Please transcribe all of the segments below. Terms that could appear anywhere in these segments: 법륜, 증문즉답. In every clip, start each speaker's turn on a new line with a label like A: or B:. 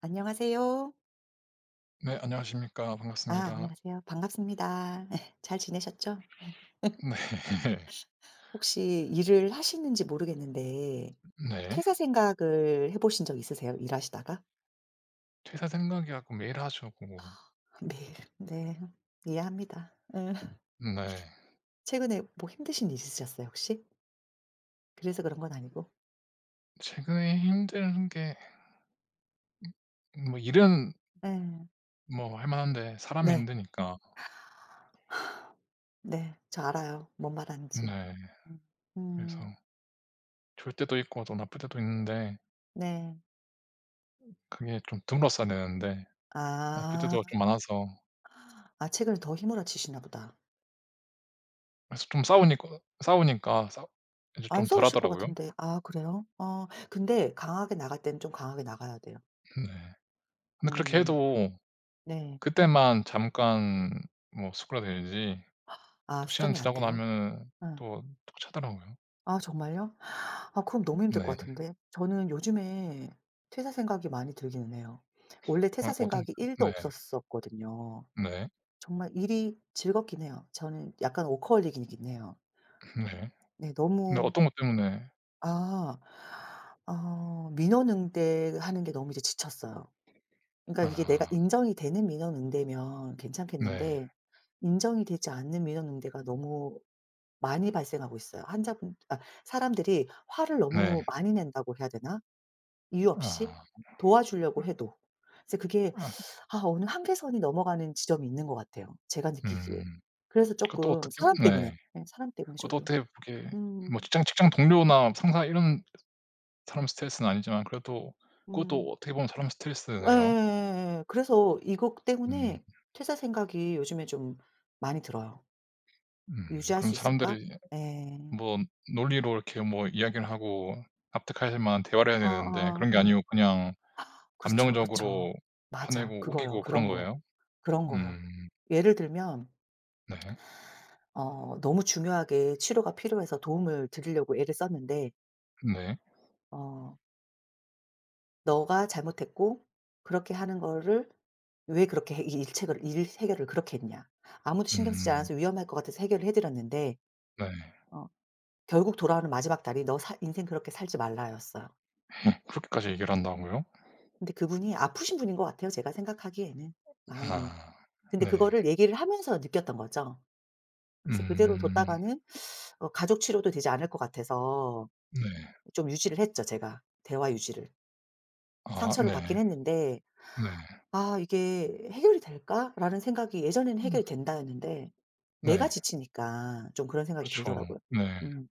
A: 안녕하세요.
B: 네, 안녕하십니까.
A: 아
B: 반갑습니다.
A: 안녕하세요. 반갑습니다. 잘 지내셨죠? 예,
B: 네.
A: 혹시 일을 하시는지 모르겠는데
B: 네.
A: 퇴사 생각을 해 보신 적 있으세요, 일하시다가?
B: 퇴사 생각이 하고 매일 하죠, 그거.
A: 네. 네. 이해합니다. 예.
B: 네.
A: 최근에 뭐 힘드신 일 있으셨어요, 혹시? 그래서 그런 건 아니고.
B: 최근에 힘든 게 뭐 일은
A: 예.
B: 뭐 할 만한데 사람이
A: 네.
B: 힘드니까.
A: 네. 저 알아요, 뭔 말하는지.
B: 네.
A: 음.
B: 그래서
A: 음.
B: 좋을 때도 있고 또 나쁠 때도 있는데
A: 네.
B: 그게 좀 드물었어야 되는데 나쁠 때도
A: 아.
B: 좀 많아서
A: 아 최근에 더 힘몰아치시나 보다.
B: 그래서 좀 싸우니까 싸우니까 싸 이제
A: 안
B: 좀
A: 싸우실 것
B: 덜하더라고요.
A: 같은데. 아 그래요? 근데 강하게 나갈 때는 좀 강하게 나가야 돼요.
B: 네. 근데 그렇게
A: 음
B: 해도
A: 네.
B: 그때만 잠깐 뭐 수그라들지
A: 아
B: 또 시간
A: 수정이 안
B: 지나고
A: 돼요?
B: 나면은
A: 응.
B: 또 차더라고요.
A: 아 정말요? 아 그럼 너무 힘들
B: 네.
A: 것 같은데. 저는 요즘에 퇴사 생각이 많이 들기는 해요. 원래 퇴사
B: 어떤
A: 생각이 1도
B: 네.
A: 없었었거든요.
B: 네.
A: 정말 일이 즐겁긴 해요. 저는 약간 워커홀릭이긴 해요.
B: 네.
A: 네
B: 근데
A: 너무
B: 어떤 것 때문에
A: 아 민원 응대하는 게 너무 이제 지쳤어요. 그러니까 이게 내가
B: 아
A: 인정이 되는 민원응대면
B: 네.
A: 괜찮겠는데 인정이 되지 않는 민원응대가 너무 많이 발생하고 있어요. 환자분 아 사람들이 화를
B: 네.
A: 너무 많이 낸다고 해야 되나? 이유 없이
B: 아.
A: 도와주려고 해도. 그래서 그게
B: 아
A: 아 어느 한계선이 넘어가는 지점이 있는 것 같아요, 제가 느끼기에.
B: 음.
A: 그래서
B: 그것도
A: 쪼끔
B: 어떻게
A: 사람 때문에
B: 네.
A: 예 사람 때문에
B: 그것도
A: 저도.
B: 어떻게 보게
A: 음.
B: 뭐 직장 동료나 상사 이런 사람 스트레스는 아니지만 그래도
A: 음.
B: 그것도 어떻게 보면 사람
A: 예예
B: 스트레스네요.
A: 예예 그래서 이것
B: 음.
A: 때문에 퇴사 생각이 요즘에 좀 많이 들어요.
B: 음.
A: 유지할
B: 그럼
A: 수 있을까?
B: 사람들이
A: 예.
B: 뭐 논리로 이렇게 뭐 이야기를 하고 납득하실 만한 대화를 해야
A: 어어
B: 되는데
A: 어.
B: 그런 게
A: 어.
B: 아니고 그냥
A: 그렇죠, 그죠.
B: 감정적으로
A: 맞아.
B: 화내고
A: 그거요.
B: 우기고 그런
A: 그런 거.
B: 거예요?
A: 그런 거요.
B: 음.
A: 예를 들면
B: 네.
A: 너무 중요하게 치료가 필요해서 도움을 드리려고 애를 썼는데
B: 네.
A: 어 "너가 잘못했고 그렇게 하는 거를 왜 그렇게 해 이 일 체결 일 해결을 그렇게 했냐. 아무도 신경 쓰지
B: 음.
A: 않아서 위험할 것 같아서 해결을 해 드렸는데
B: 네.
A: 어 결국 돌아오는 마지막 날이 '너 사 인생 그렇게 살지 말라.'였어요.
B: 뭐 그렇게까지 얘기를 한다고요?
A: 근데 그분이 아프신 분인 것 같아요, 제가 생각하기에는 마음이.
B: 아.
A: 근데
B: 네.
A: 그거를 얘기를 하면서 느꼈던 거죠. 그래서 그대로
B: 음.
A: 뒀다가는 가족 치료도 되지 않을 것 같아서
B: 네.
A: 좀 유지를 했죠 제가. 대화 유지를.
B: 아
A: 상처를
B: 네.
A: 받긴
B: 네.
A: 했는데 '아 이게 해결이 될까?'라는 생각이 예전에는
B: 음.
A: 해결이 된다였는데 내가
B: 네.
A: 지치니까 좀 그런 생각이
B: 그렇죠.
A: 들더라고요.
B: 네.
A: 음.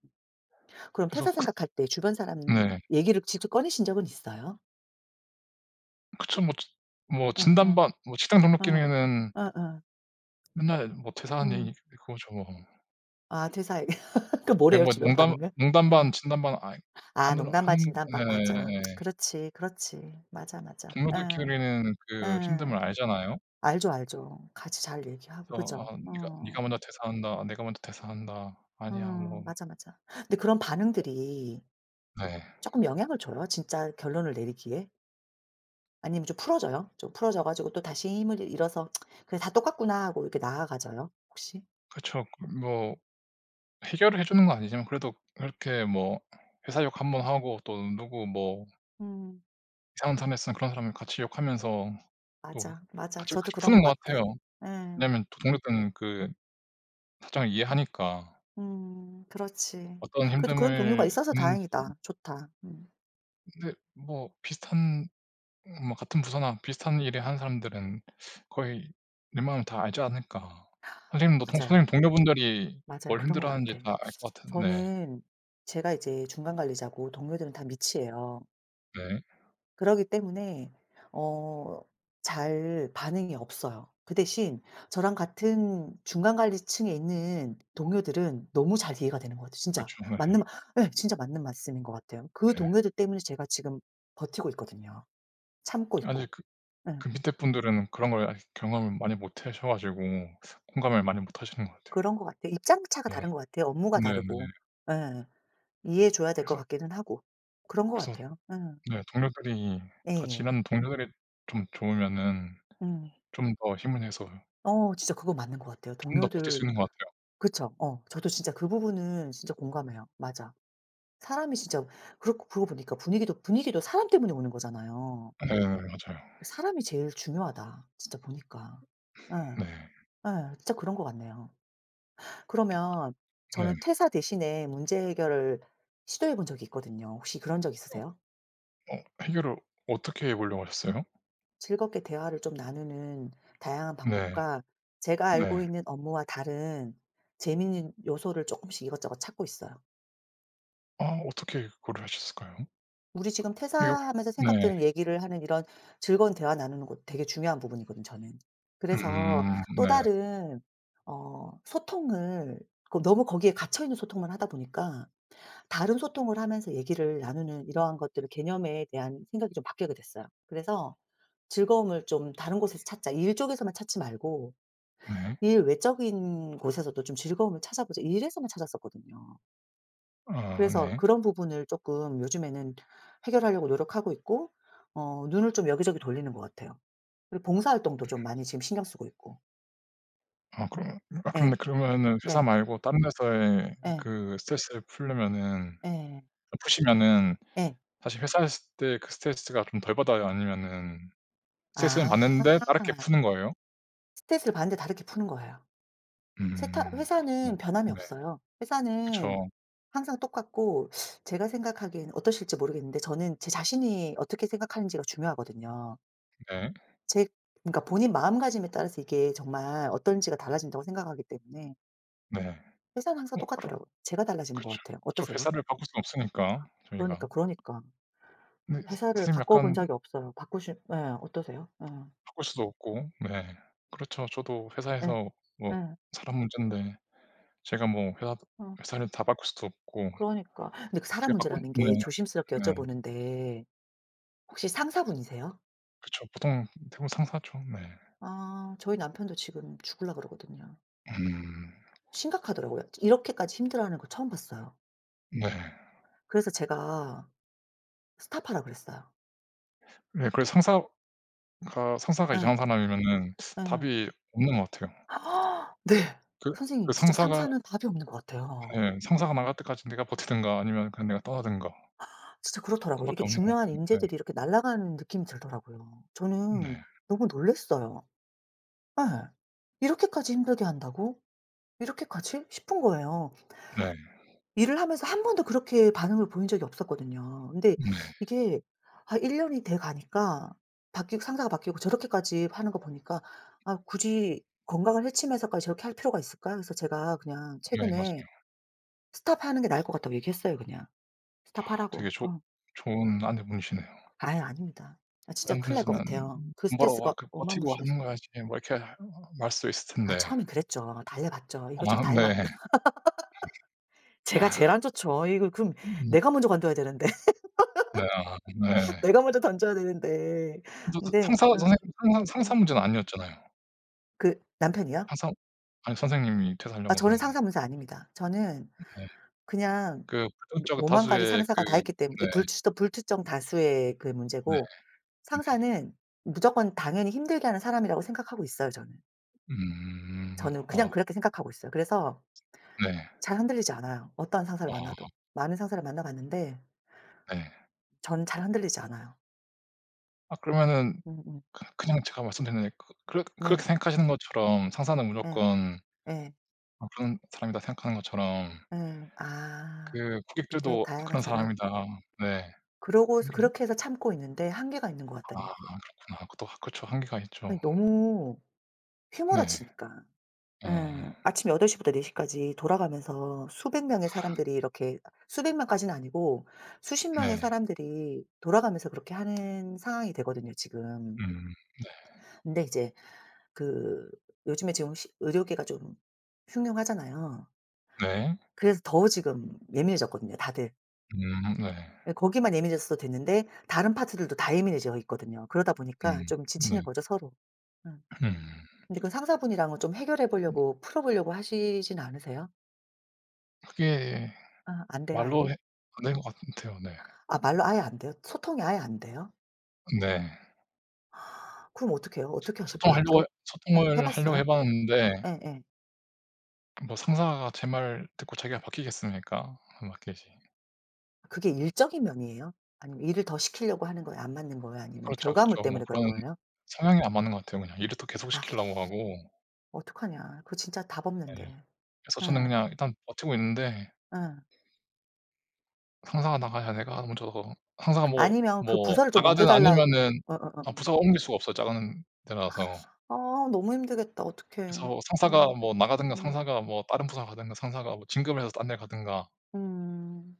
A: 그럼
B: 그래서
A: 퇴사
B: 그
A: 생각할 때 주변 사람
B: 네.
A: 얘기를 직접 꺼내신 적은 있어요?
B: 그쵸. 뭐 지 뭐
A: 어어.
B: 진단반 뭐 식당 등록기리
A: 어.
B: 는
A: 어어.
B: 맨날 뭐 퇴사한
A: 음.
B: 얘기 그거죠 뭐.
A: 아 퇴사 얘기. 그
B: 예
A: 뭐래요
B: 뭐
A: 주변
B: 농담
A: 반응은?
B: 농담 반
A: 예.
B: 진담 반 아이 하
A: 아
B: 느
A: 농담
B: 하는
A: 반 진담 반 맞아.
B: 네
A: 그렇지, 그렇지. 맞아, 맞아. 응
B: 동료들끼리는 그
A: 응
B: 힘듦을 알잖아요.
A: 알죠, 알죠. 같이 잘 얘기하고
B: 그래서
A: 그죠?
B: 아 "네가
A: 어.
B: 먼저 대사한다. 내가 먼저 대사한다." "아니야."
A: 어
B: 뭐
A: 맞아, 맞아. 근데 그런 반응들이
B: 네.
A: 조금 영향을 줘요? 진짜 결론을 내리기에? 아니면 좀 풀어져요? 좀 풀어져 가지고 또 다시 힘을 잃어서 '그래 다 똑같구나.' 하고 이렇게 나아가져요 혹시?
B: 그쵸. 그 뭐 해결을 해 주는 건 아니지만 그래도 그렇게 뭐 회사 욕 한 번 하고 또 누구 뭐
A: 음.
B: 이상한 사람 있으면 그런 사람 같이 욕하면서 또
A: 맞아, 맞아.
B: 같이
A: 저도
B: 같이
A: 그런
B: 푸는
A: 것
B: 것
A: 같아.
B: 같아요.
A: 응
B: 왜냐면 또 동료들은 그 사정을 이해하니까
A: 그렇지.
B: 어떤
A: 그래도 그런 동료가
B: 힘듦을
A: 있어서
B: 있는지
A: 다행이다. 좋다. 음.
B: 근데 뭐 비슷한 뭐 같은 부서나 비슷한 일을 하는 사람들은 거의 웬만하면 다 알지 않을까.
A: 어
B: 선생님도 동
A: 맞아요.
B: 선생님 동료분들이
A: 맞아요.
B: 뭘
A: 그런 것
B: 힘들어하는지
A: 같아.
B: 다 알 것 같은 네.
A: 저는 제가 이제 중간 관리자고 동료들은 다 미치예요.
B: 네.
A: 그러기 때문에 어 잘 반응이 없어요. 그 대신 저랑 같은 중간 관리층에 있는 동료들은 너무 잘 이해가 되는 것 같아요. 진짜
B: 그렇죠. 네.
A: 맞는 말 예 진짜 맞는 말씀인 것 같아요. 그
B: 네.
A: 동료들 때문에 제가 지금 버티고 있거든요. 참고
B: 아직
A: 있고.
B: 그
A: 예.
B: 그 밑에 분들은 그런 걸 아직 경험을 많이 못 하셔 가지고 공감을 많이 못 하시는 것 같아요.
A: 그런 것 같아요. 입장 차가
B: 네.
A: 다른 것 같아요. 업무가
B: 네네.
A: 다르고. 예. 이해해 줘야 될 것
B: 그래서
A: 같기는 하고. 그런 것
B: 그래서
A: 같아요. 예.
B: 네, 동료들이 같이
A: 예예.
B: 일하는 동료들이 좀 좋으면은
A: 음.
B: 좀 더 힘을 내서
A: 어 진짜 그거 맞는 것 같아요.
B: 좀 더 버틸 수
A: 동료들
B: 있는 것
A: 그쵸. 어 저도 진짜 그 부분은 진짜 공감해요. 맞아. 사람이 진짜 그렇고 그러고 보니까 분위기도 사람 때문에 오는 거잖아요.
B: 같아요. 네 네, 맞아요.
A: 그 '사람이 제일 중요하다.' 진짜 보니까. 예.
B: 네.
A: 예. 진짜 그런 것 같네요. 그러면
B: 네.
A: 저는 퇴사 대신에 문제 해결을 시도해 본 적이 있거든요. 혹시 그런 적 있으세요?
B: 해결을 어떻게 해 보려고 하셨어요?
A: 즐겁게 대화를 좀 나누는 다양한
B: 네.
A: 방법과 제가 알고
B: 네.
A: 있는 업무와 다른 재미있는 요소를 쪼끔씩 이것저것 찾고 있어요.
B: 아 어떻게 그거를 하셨을까요?
A: 우리 지금
B: 이거
A: 퇴사하면서 생각
B: 네.
A: 드는 얘기를 하는 이런 즐거운 대화 나누는 것도 되게 중요한 부분이거든 저는. 그래서 또
B: 네.
A: 다른 소통을 그 너무 거기에 갇혀 있는 소통만 하다 보니까 다른 소통을 하면서 얘기를 나누는 이러한 것들을 개념에 대한 생각이 좀 바뀌게 됐어요. 그래서 즐거움을 좀 다른 곳에서 찾자. 일 쪽에서만 찾지 말고
B: 네.
A: 일 외적인 곳에서도 좀 즐거움을 찾아보자. 일에서만 찾았었거든요.
B: 아
A: 그래서
B: 네.
A: 그런 부분을 조금 요즘에는 해결하려고 노력하고 있고 눈을 좀 여기저기 돌리는 것 같아요. 그리고 봉사 활동도 좀 많이 지금 신경 쓰고 있고.
B: 아 그럼 아
A: 예.
B: 그런데 그러면은 회사
A: 네.
B: 말고 다른 회사에
A: 예.
B: 그 스트레스를 풀려면은
A: 예.
B: 푸시면은
A: 예.
B: 사실 회사 있을 때 그 스트레스가 좀 덜 받아요? 아니면은 스트레스는
A: 아.
B: 받는데 다르게 푸는 거예요?
A: 스트레스를 받는데 다르게 푸는 거예요. 세타
B: 음. 그렇군요.
A: 회사는 변함이
B: 네.
A: 없어요. 회사는
B: 그쵸.
A: 항상 똑같고 제가 생각하기에는 어떠실지 모르겠는데 저는 제 자신이 어떻게 생각하는지가 중요하거든요.
B: 네.
A: 제 그러니까 본인 마음가짐에 따라서 이게 정말 어떤지가 달라진다고 생각하기 때문에
B: 네.
A: 회사는 항상
B: 그럼
A: 똑같더라고요. 제가 달라지는 것
B: 그쵸.
A: 같아요.
B: 그쵸.
A: 어떠세요?
B: 회사를 바꿀 순 없으니까 저희가.
A: 그러니까, 그러니까.
B: 근데 스
A: 회사를
B: 선생님
A: 바꿔본
B: 약간
A: 적이 없어요. 바꾸신 예. 어떠세요? 예.
B: 바꿀 수도 없고 네. 그렇죠. 저도
A: 예.
B: 회사에서 뭐
A: 예.
B: 사람 문제인데 제가 뭐 회사
A: 어
B: 회사를 다 바꿀 수도 없고
A: 그러니까. 근데 그 사람
B: 제가 바꾼
A: 문제라는
B: 네
A: 게 조심스럽게
B: 네.
A: 여쭤보는데 혹시 상사분이세요?
B: 그쵸. 보통 대부분 상사죠. 네.
A: 아 저희 남편도 지금 죽을라 그러거든요.
B: 음.
A: 심각하더라고요. 이렇게까지 힘들어하는 거 처음 봤어요.
B: 네.
A: 그래서 제가 스탑하라 그랬어요.
B: 네 그래서 상사가 이상한
A: 예.
B: 사람이면은
A: 예.
B: 답이 없는 것 같아요.
A: 네.
B: 그 그
A: 선생님 진짜
B: 상사가
A: 상사는 답이 없는 것 같아요.
B: 예 상사가 나갈 때까지 내가 버티든가 아니면 그냥 내가 떠나든가
A: 진짜 그렇더라고요.
B: 그밖에
A: 이게
B: 없는 것
A: 중요한
B: 같아요. 네.
A: 인재들이 이렇게 날아가는 느낌이 들더라고요. 저는
B: 네.
A: 너무 놀랐어요. 예. '이렇게까지 힘들게 한다고? 이렇게까지?' 싶은 거예요.
B: 네.
A: 일을 하면서 한 번도 그렇게 반응을 보인 적이 없었거든요. 근데
B: 네.
A: 이게 아 1년 년이 돼 가니까 바뀌고 상사가 바뀌고 저렇게까지 하는 거 보니까 '아 굳이 건강을 해치면서까지 저렇게 할 필요가 있을까?' 그래서 제가 그냥
B: 네
A: 최근에
B: 맞아요.
A: "스톱하는 게 나을 것 같다."고 얘기했어요 그냥.
B: 되게
A: 스톱하라고.
B: 좋
A: 어.
B: 좋은 아내분이시네요.
A: 아유 아닙니다. 아 진짜
B: 다른
A: 큰일 날 것
B: 분이었으면
A: 같아요. 그
B: 돈 벌어 와
A: 스트레스가
B: 그 버티고 하는
A: 어마무시해서.
B: 거야지 뭐 이렇게 하 말 수 있을
A: 아
B: 텐데.
A: 처음엔 그랬죠. 달래봤죠. 이것저것
B: 아
A: 다 해봤
B: 네.
A: 제가 제일 안 좋죠. 이거 그럼
B: 음.
A: 내가 먼저 관둬야 되는데.
B: 네 아 네.
A: 내가 먼저 던져야 되는데.
B: 그래도 그
A: 근데
B: 상사 선생님
A: 응.
B: 상사
A: 응.
B: 문제는 아니었잖아요.
A: 그 남편이요?
B: 상사 아니 선생님이
A: 아
B: 퇴사하려고 하는
A: 저는
B: 거는.
A: 상사 문사 아닙니다. 저는
B: 네.
A: 그냥
B: 그
A: 뭐
B: 불특정
A: 오만 가지
B: 다수의
A: 상사가 다
B: 그
A: 있기 때문에
B: 네
A: 불출정 불특정 다수의 그
B: 네
A: 문제고
B: 네.
A: 상사는 무조건 당연히 힘들게 하는 사람이라고 생각하고 있어요 저는.
B: 음.
A: 저는 그냥
B: 아
A: 그렇게 생각하고 있어요. 그래서
B: 네.
A: 잘 흔들리지 않아요 어떠한 상사를 만나도.
B: 아
A: 많은 상사를 만나 봤는데
B: 네.
A: 저는 잘 흔들리지 않아요.
B: 아 그러면은
A: 음음.
B: 그 그냥 제가 말씀드린 그 그렇게
A: 네.
B: 생각하시는 것처럼 상사는
A: 예.
B: 무조건
A: 예.
B: 아 그런 사람이다 생각하는 것처럼
A: 예. 아.
B: 그
A: 밑에
B: 고객들도
A: 다양한
B: 그런
A: 사람.
B: 사람이다. 네.
A: 그러고서
B: 한번
A: 그렇게 해서 참고 있는데 한계가 있는 것
B: 아
A: 같다는 얘기예요.
B: 그렇구나. 그것도 그쵸. 한계가 있죠.
A: 아니 너무
B: 네.
A: 휘몰아치니까. 예.
B: 아
A: 아침 8시 시부터 4시 시까지 돌아가면서 수백 명의 사람들이 이렇게 수백 명까지는 아니고 수십 명의
B: 네.
A: 사람들이 돌아가면서 그렇게 하는 상황이 되거든요 지금.
B: 음
A: 근데 이제 그 요즘에 지금 시 의료계가 좀 흉흉하잖아요.
B: 네.
A: 그래서 더 지금 예민해졌거든요 다들.
B: 네.
A: 예 거기만 예민해졌어도 됐는데 다른 파트들도 다 예민해져 있거든요. 그러다 보니까 좀
B: 네.
A: 지치는 거죠 서로. 응.
B: 음.
A: 근데 그 상사분이랑은 좀 해결해 보려고 풀어 보려고 하시진 않으세요?
B: 그게
A: 아 안 돼요
B: 말로
A: 아예?
B: 해 안 되는 것 같아요. 네.
A: 아 말로 아예 안 돼요? 소통이 아예 안 돼요?
B: 네.
A: 그럼 어떡해요? 어떻게 하실 거예요
B: 소통하려고
A: 앞으로? 예 해
B: 소통을 하려고 해
A: 봤어요?
B: 봤는데
A: 예예.
B: 뭐 상사가 제 말 듣고 자기가 바뀌겠습니까? 안 바뀌지.
A: 그게 일적인 면이에요? 아니면 일을 더 시키려고 하는 거예요? 안 맞는 거예요? 아니면
B: 그렇죠,
A: 결과물
B: 그렇죠. 뭐
A: 때문에 그런
B: 그런
A: 거예요?
B: 성향이 안 맞는 것 같아요 그냥. 일을 또 계속
A: 아
B: 시키려고 하고.
A: 어떡하냐. 그거 진짜 답
B: 네.
A: 없는데.
B: 그래서 저는
A: 응
B: 그냥 일단 버티고 있는데
A: 응
B: 상사가 나가야 내가 먼저 상사가 뭐
A: 아니면 그
B: 뭐
A: 부서를 좀 옮겨
B: 나가든
A: 달라
B: 아니면은
A: 어어어어.
B: 아 부서가 옮길 수가 없어요, 작은 데라서.
A: 아 너무 힘들겠다. 어떡해.
B: 그래서 상사가
A: 음.
B: 뭐 나가든가
A: 음.
B: 상사가 뭐 다른 부서 가든가 상사가 뭐 진급을 해서 딴 데 가든가
A: 음.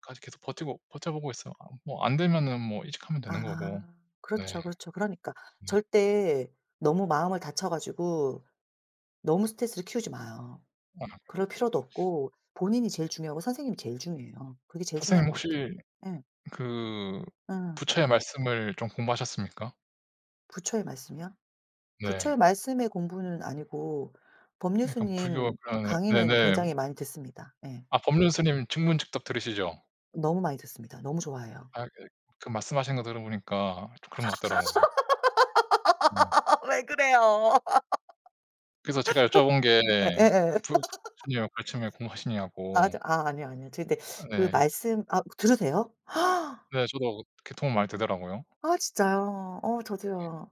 B: 까지 계속 버티고 버텨 보고 있어요. 아 뭐 안 되면은 뭐 이직하면 되는 거고.
A: 아.
B: 네.
A: 그렇죠, 그렇죠. 그러니까
B: 네.
A: 절대 너무 마음을 다쳐 가지고 너무 스트레스를 키우지 마요.
B: 아
A: 그럴 필요도 없고 본인이 제일 중요하고 선생님이 제일 중요해요. 그게 제일
B: 선생님
A: 중요한 것
B: 혹시
A: 같아. 응
B: 그
A: 응
B: 부처의 말씀을 좀 공부하셨습니까?
A: 부처의 말씀이요?
B: 네.
A: 부처의 말씀의 공부는 아니고 법률
B: 약간 불교
A: 스님
B: 그런
A: 강의는
B: 네네.
A: 굉장히 많이 듣습니다. 예.
B: 아 법륜 스님 증문즉답 들으시죠?
A: 너무 많이 듣습니다. 너무 좋아해요.
B: 아 예. 그 말씀하신 거 들어보니까 좀 그런 것 같더라고요. 네.
A: 아 왜 그래요?
B: 그래서 제가 여쭤본 게
A: 예예예.
B: 부 부모님은 가르침에
A: 아
B: 공부하시냐고.
A: 저 아 아니요, 아니요. 저 근데 그
B: 네.
A: 말씀 아 들으세요?
B: 네 저도 그게 도움 많이 되더라고요.
A: 아 진짜요? 어 저도요.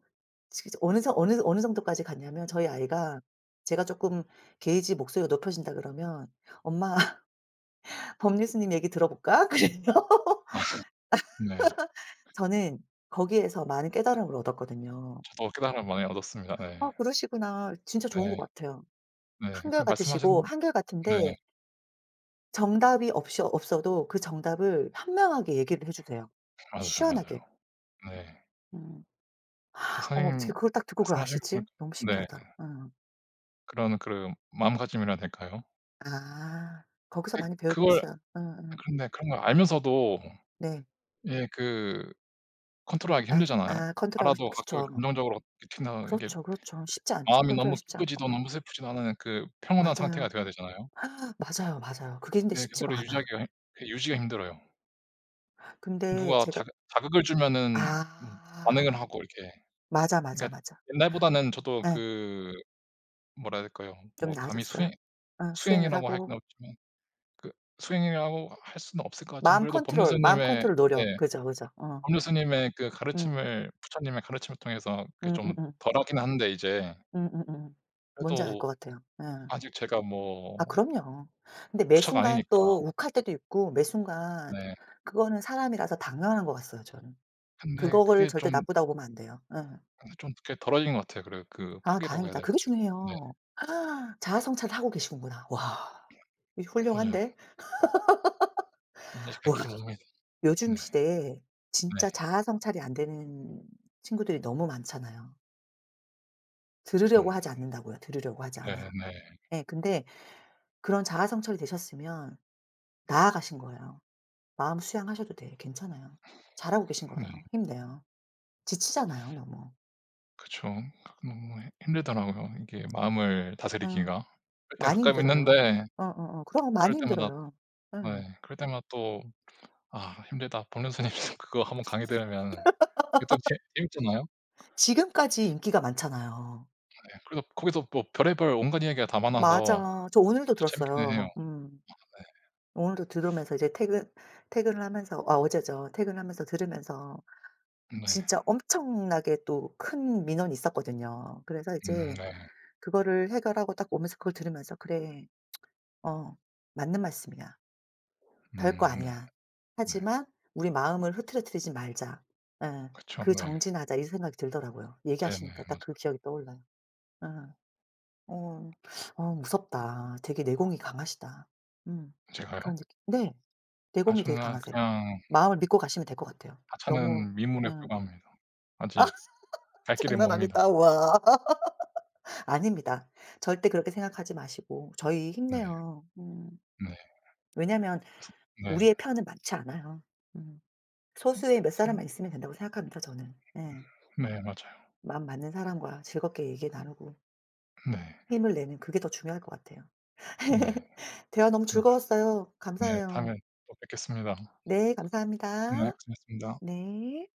A: 지 어느 정 어느 정도까지 갔냐면 저희 아이가 제가 쪼끔 게이지 목소리가 높아진다 그러면 "엄마 법률 스님 얘기 들어볼까?" 그래요.
B: 네.
A: 저는 거기에서 많은 깨달음을 얻었거든요.
B: 저도 깨달음을 많이 얻었습니다. 네.
A: 아 그러시구나. 진짜 좋은 것
B: 네.
A: 같아요.
B: 네. 그
A: 한결같으시고
B: 말씀하신 네.
A: 한결같은데 정답이 없이 없어도 그 정답을 현명하게 얘기를 해 주세요.
B: 맞아요,
A: 시원하게.
B: 맞아요. 네.
A: 음.
B: 그래서
A: 어
B: 선생님
A: 어떻게 그걸 딱 듣고 그걸
B: 말씀하신 거
A: 아시지?
B: 보니까
A: 너무
B: 네.
A: 신기하다. 음.
B: 그런 그 마음가짐이라 해야 될까요?
A: 아 거기서
B: 예
A: 많이 배우긴
B: 그걸
A: 했어요. 음음.
B: 근데 그런 걸 알면서도
A: 네.
B: 예 그 컨트롤하기
A: 아
B: 힘들잖아요.
A: 아 컨트롤하고 싶
B: 알아도 가끔
A: 그쵸.
B: 감정적으로 특히나 이게
A: 그렇죠, 그렇죠. 쉽지 않죠.
B: 마음이 너무
A: 컨트롤하기 쉽지
B: 기쁘지도
A: 않고.
B: 너무 슬프지도 않은 그 평온한 상태가
A: 맞아요.
B: 돼야 되잖아요.
A: 맞아요, 맞아요. 그게 근데
B: 네.
A: 쉽지가
B: 그거를
A: 않아.
B: 유지하기가 힘 그 유지가 힘들어요.
A: 근데
B: 누가
A: 제가
B: 자극 자극을 주면은
A: 아
B: 반응을 하고 이렇게
A: 맞아, 맞아,
B: 그러니까
A: 맞아.
B: 옛날보다는 저도
A: 예.
B: 그 뭐라 해야 될까요?
A: 좀
B: 뭐 감히
A: 나아졌어요?
B: 수행
A: 어 수행을
B: 수행이라고 하긴
A: 하고
B: 어렵지만 그 수행이라고 할 수는 없을 것 같지만
A: 마음
B: 그래도
A: 컨트롤, 마음
B: 법률스님의
A: 컨트롤 노력.
B: 네
A: 그죠, 그죠. 어.
B: 법률스님의 그
A: 음.
B: 가르침을 부처님의 가르침을 통해서 그게 좀
A: 음음음.
B: 덜하긴 한데 이제
A: 음음음. 뭔지 알
B: 그래도
A: 것 같아요. 예.
B: 아직 제가
A: 아
B: 뭐
A: 그럼요. 근데 매
B: 부처가
A: 순간
B: 아니니까.
A: 또 욱할 때도 있고 매 순간
B: 네.
A: 그거는 사람이라서 당연한 것 같아요 저는.
B: 근데
A: 그거를
B: 그게
A: 절대
B: 좀
A: 나쁘다고 보면 안 돼요. 예.
B: 그게 덜어진 것 같아요. 그래 그
A: 아
B: 폭이라고 해야
A: 다행이다. 그게
B: 될까요? 네.
A: 중요해요. 아, 자아 성찰을 하고 계시는구나. 와 이
B: 맞아요.
A: 훌륭한데?
B: 이제 갈
A: 와
B: 길이 멉니다.
A: 요즘
B: 네.
A: 시대에 진짜
B: 네.
A: 자아 성찰이 안 되는 친구들이 너무 많잖아요.
B: 음.
A: 들으려고 하지 않는다고요. 들으려고 하지
B: 네네.
A: 않아.
B: 네.
A: 예. 근데 그런 자아 성찰이 되셨으면 나아가신 거예요. 마음 수양하셔도 돼요. 괜찮아요. 잘하고 계신
B: 네.
A: 거예요. 힘내요. 지치잖아요 너무.
B: 그쵸. 너무 힘 힘들더라고요. 이게 마음을 다스리기가.
A: 어.
B: 그럴 때가
A: 많이
B: 가끔
A: 힘들어요.
B: 있는데
A: 어어어. 그럼
B: 그럴
A: 많이
B: 때마다
A: 힘들어요. 응.
B: 네 그럴 때마다 또 '아 힘들다.' 법륜스님 그거 한번 강의 들으면 이게 또 재 재밌잖아요.
A: 지금까지 인기가 많잖아요.
B: 네. 그래서 거기서 뭐 별의별 온갖 이야기가 다 많아서
A: 맞아. 저 오늘도
B: 또 재밌기는 해요.
A: 들었어요. 음. 오늘도 들으면서 이제 퇴근을 하면서 아 어제죠. 퇴근하면서 들으면서
B: 네.
A: 진짜 엄청나게 또 큰 민원이 있었거든요. 그래서 이제
B: 네.
A: 그거를 해결하고 딱 오면서 그걸 들으면서 '그래. 어 맞는 말씀이야. 별거
B: 네.
A: 아니야.
B: 네.
A: 하지만 우리 마음을 흐트러뜨리지 말자. 예.
B: 그쵸.
A: 그
B: 네.
A: 정진하자.' 이 생각이 들더라고요.
B: 네네.
A: 얘기하시니까 딱
B: 맞아요.
A: 그 기억이 떠올라요. 예. 어. 어 무섭다. 되게 내공이 강하시다. 음.
B: 제가요?
A: 그런 느낌 네. 내공이 되게
B: 저는
A: 강하세요.
B: 그냥
A: 마음을 믿고 가시면 될 것 같아요. 너무
B: 하찮은 미문에
A: 음.
B: 불과합니다. 아직 갈 길이
A: 장난
B: 멉니다.
A: 아니다. 와. 아닙니다. 절대 그렇게 생각하지 마시고 저희
B: 네.
A: 힘내요. 음.
B: 네.
A: 왜냐면
B: 네.
A: 우리의 편은 많지 않아요. 음. 소수의 몇 사람만 있으면 된다고 생각합니다 저는. 예.
B: 네 맞아요.
A: 마음 맞는 사람과 즐겁게 얘기 나누고
B: 네.
A: 힘을 내는 그게 더 중요할 것 같아요.
B: 네.
A: 대화 너무
B: 맞습니다.
A: 즐거웠어요.
B: 네.
A: 감사해요.
B: 다음에 또 뵙겠습니다.
A: 네
B: 네.
A: 감사합니다.
B: 고생하셨습니다.
A: 네.